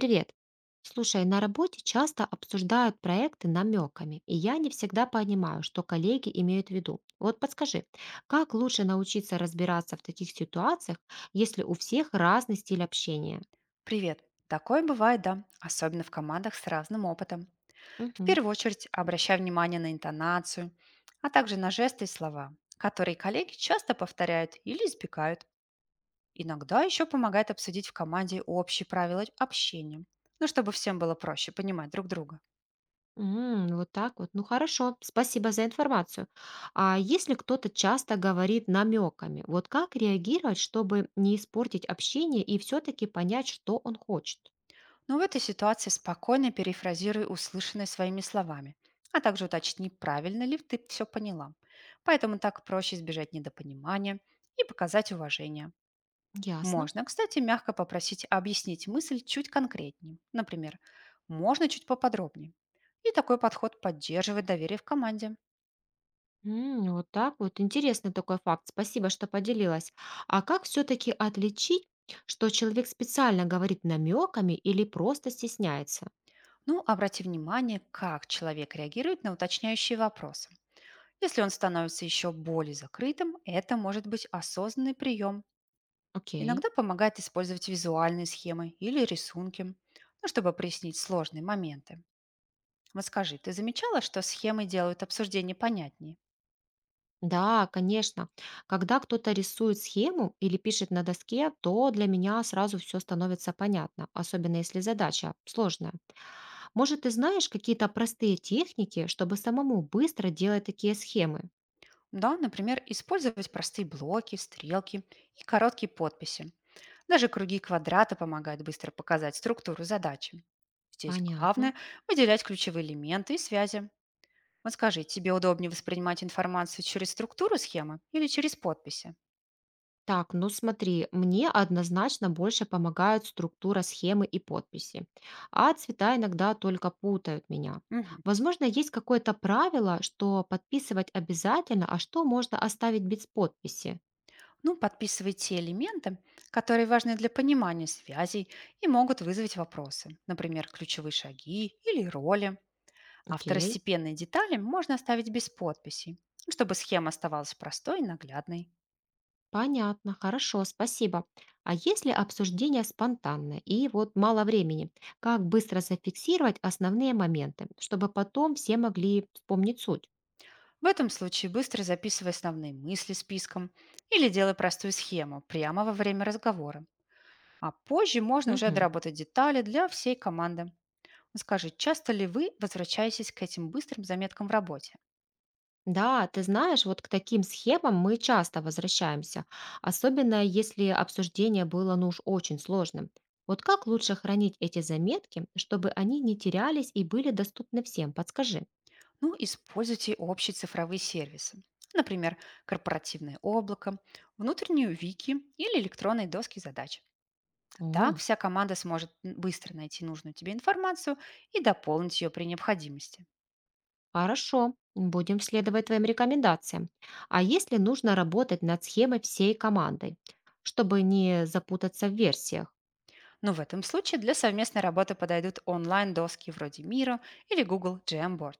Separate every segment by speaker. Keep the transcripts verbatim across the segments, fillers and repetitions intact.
Speaker 1: Привет. Слушай, на работе часто обсуждают проекты намеками, и я не всегда понимаю, что коллеги имеют в виду. Вот подскажи, как лучше научиться разбираться в таких ситуациях, если у всех разный стиль общения?
Speaker 2: Привет! Такое бывает, да, особенно в командах с разным опытом. В
Speaker 1: Мгм.
Speaker 2: первую очередь обращай внимание на интонацию, а также на жесты и слова, которые коллеги часто повторяют или избегают. Иногда еще помогает обсудить в команде общие правила общения, ну, чтобы всем было проще понимать друг друга.
Speaker 1: М, вот так вот. Ну хорошо, спасибо за информацию. А если кто-то часто говорит намеками, вот как реагировать, чтобы не испортить общение и все-таки понять, что он хочет?
Speaker 2: Но в этой ситуации спокойно перефразируй услышанное своими словами, а также уточни, правильно ли ты все поняла. Поэтому так проще избежать недопонимания и показать уважение.
Speaker 1: Ясно.
Speaker 2: Можно, кстати, мягко попросить объяснить мысль чуть конкретнее. Например, можно чуть поподробнее. И такой подход поддерживает доверие в команде.
Speaker 1: М, вот так вот. Интересный такой факт. Спасибо, что поделилась. А как все-таки отличить, что человек специально говорит намеками или просто стесняется?
Speaker 2: Ну, обрати внимание, как человек реагирует на уточняющие вопросы. Если он становится еще более закрытым, это может быть осознанный прием.
Speaker 1: Окей.
Speaker 2: Иногда помогает использовать визуальные схемы или рисунки, ну, чтобы прояснить сложные моменты. Вот скажи, ты замечала, что схемы делают обсуждение понятнее?
Speaker 1: Да, конечно. Когда кто-то рисует схему или пишет на доске, то для меня сразу все становится понятно, особенно если задача сложная. Может, ты знаешь какие-то простые техники, чтобы самому быстро делать такие схемы?
Speaker 2: Да, например, использовать простые блоки, стрелки и короткие подписи. Даже круги и квадраты помогают быстро показать структуру задачи. Здесь главное —
Speaker 1: Понятно.
Speaker 2: выделять ключевые элементы и связи. Вот скажи, тебе удобнее воспринимать информацию через структуру схемы или через подписи?
Speaker 1: Так, ну смотри, мне однозначно больше помогают структура схемы и подписи, а цвета иногда только путают меня.
Speaker 2: Мгм.
Speaker 1: Возможно, есть какое-то правило, что подписывать обязательно, а что можно оставить без подписи.
Speaker 2: Ну, подписывай те элементы, которые важны для понимания связей и могут вызвать вопросы, например, ключевые шаги или роли. А
Speaker 1: Окей,
Speaker 2: второстепенные детали можно оставить без подписей, ну, чтобы схема оставалась простой и наглядной.
Speaker 1: понятно, хорошо, спасибо. А если обсуждение спонтанное и вот мало времени, как быстро зафиксировать основные моменты, чтобы потом все могли вспомнить суть?
Speaker 2: В этом случае быстро записывай основные мысли списком или делай простую схему прямо во время разговора. А позже можно уже
Speaker 1: Мгм.
Speaker 2: доработать детали для всей команды. Скажи, часто ли вы возвращаетесь к этим быстрым заметкам в работе?
Speaker 1: Да, ты знаешь, вот к таким схемам мы часто возвращаемся, особенно если обсуждение было, ну уж очень сложным. Вот как лучше хранить эти заметки, чтобы они не терялись и были доступны всем? Подскажи.
Speaker 2: Ну, используйте общие цифровые сервисы. Например, корпоративное облако, внутреннюю вики или электронные доски задач. Так
Speaker 1: О,
Speaker 2: вся команда сможет н- быстро найти нужную тебе информацию и дополнить ее при необходимости.
Speaker 1: хорошо, будем следовать твоим рекомендациям. А если нужно работать над схемой всей командой, чтобы не запутаться в версиях?
Speaker 2: Но в этом случае для совместной работы подойдут онлайн-доски вроде Мира или Google Jamboard.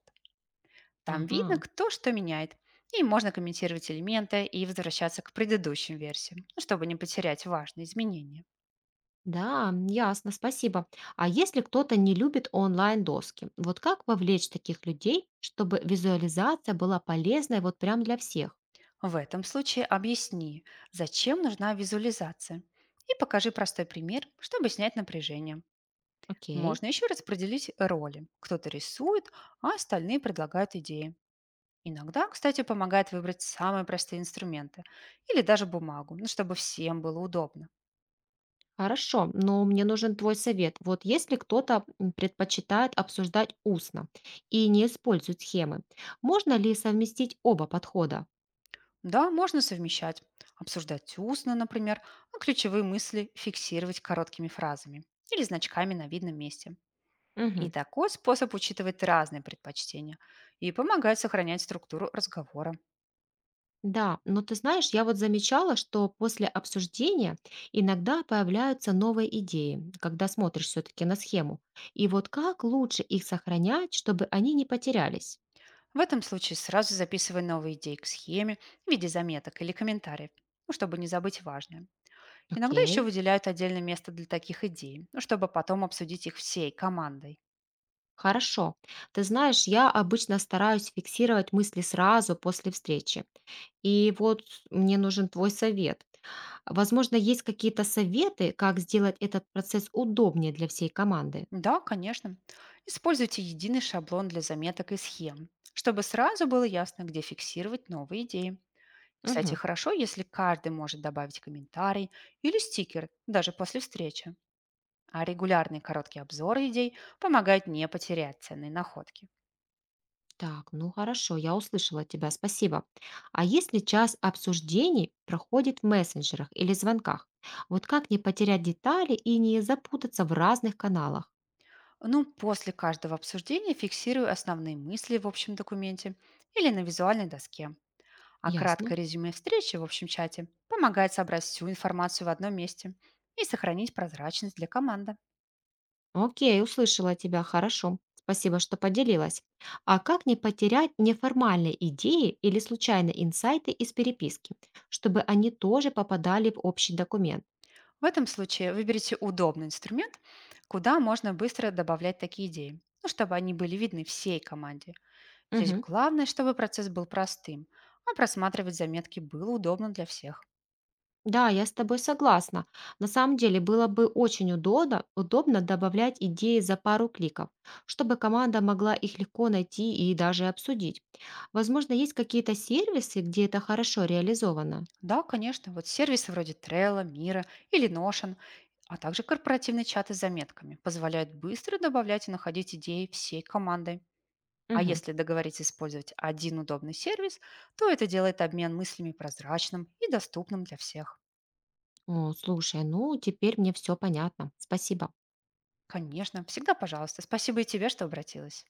Speaker 2: Там
Speaker 1: Ага.
Speaker 2: видно, кто что меняет, и можно комментировать элементы и возвращаться к предыдущим версиям, ну, чтобы не потерять важные изменения.
Speaker 1: Да, м, ясно, спасибо. А если кто-то не любит онлайн-доски, вот как вовлечь таких людей, чтобы визуализация была полезной вот прям для всех?
Speaker 2: В этом случае объясни, зачем нужна визуализация, и покажи простой пример, чтобы снять напряжение.
Speaker 1: Окей,
Speaker 2: Можно еще распределить роли. Кто-то рисует, а остальные предлагают идеи. Иногда, кстати, помогает выбрать самые простые инструменты или даже бумагу, ну, чтобы всем было удобно.
Speaker 1: хорошо, но мне нужен твой совет. Вот если кто-то м, предпочитает обсуждать устно и не использует схемы, можно ли совместить оба подхода?
Speaker 2: Да, можно совмещать, обсуждать устно, например, а ключевые мысли фиксировать короткими фразами или значками на видном месте. И
Speaker 1: Мгм.
Speaker 2: такой способ учитывает разные предпочтения и помогает сохранять структуру разговора.
Speaker 1: Да, но ты знаешь, я вот замечала, что после обсуждения иногда появляются новые идеи, когда смотришь все-таки на схему. И вот как лучше их сохранять, чтобы они не потерялись?
Speaker 2: В этом случае сразу записывай новые идеи к схеме в виде заметок или комментариев, ну, чтобы не забыть важное. Иногда еще
Speaker 1: Окей,
Speaker 2: выделяют отдельное место для таких идей, ну, чтобы потом обсудить их всей командой.
Speaker 1: хорошо. Ты знаешь, я обычно стараюсь фиксировать мысли сразу после встречи. И вот мне нужен твой совет. Возможно, есть какие-то советы, как сделать этот процесс удобнее для всей команды.
Speaker 2: Да, конечно. Используйте единый шаблон для заметок и схем, чтобы сразу было ясно, где фиксировать новые идеи. Кстати,
Speaker 1: Мгм.
Speaker 2: хорошо, если каждый может добавить комментарий или стикер даже после встречи. А регулярные короткие обзоры идей помогают не потерять ценные находки.
Speaker 1: Так, ну хорошо, я услышала тебя, спасибо. А если час обсуждений проходит в мессенджерах или звонках? Вот как не потерять детали и не запутаться в разных каналах?
Speaker 2: Ну, после каждого обсуждения фиксирую основные мысли в общем документе или на визуальной доске. А
Speaker 1: Ясно.
Speaker 2: краткое резюме встречи в общем чате помогает собрать всю информацию в одном месте и сохранить прозрачность для команды.
Speaker 1: Окей, услышала тебя, хорошо. Спасибо, что поделилась. А как не потерять неформальные идеи или случайные инсайты из переписки, чтобы они тоже попадали в общий документ?
Speaker 2: В этом случае выберите удобный инструмент, куда можно быстро добавлять такие идеи, ну, чтобы они были видны всей команде. Здесь
Speaker 1: Мгм.
Speaker 2: главное, чтобы процесс был простым, а просматривать заметки было удобно для всех.
Speaker 1: Да, я с тобой согласна. На самом деле было бы очень удобно, удобно добавлять идеи за пару кликов, чтобы команда могла их легко найти и даже обсудить. Возможно, есть какие-то сервисы, где это хорошо реализовано.
Speaker 2: Да, конечно, вот сервисы вроде Trello, Мира или Notion, а также корпоративные чаты с заметками позволяют быстро добавлять и находить идеи всей командой. А
Speaker 1: Мгм.
Speaker 2: если договориться использовать один удобный сервис, то это делает обмен мыслями прозрачным и доступным для всех.
Speaker 1: О, слушай, ну теперь мне все понятно. Спасибо.
Speaker 2: Конечно, всегда пожалуйста. Спасибо и тебе, что обратилась.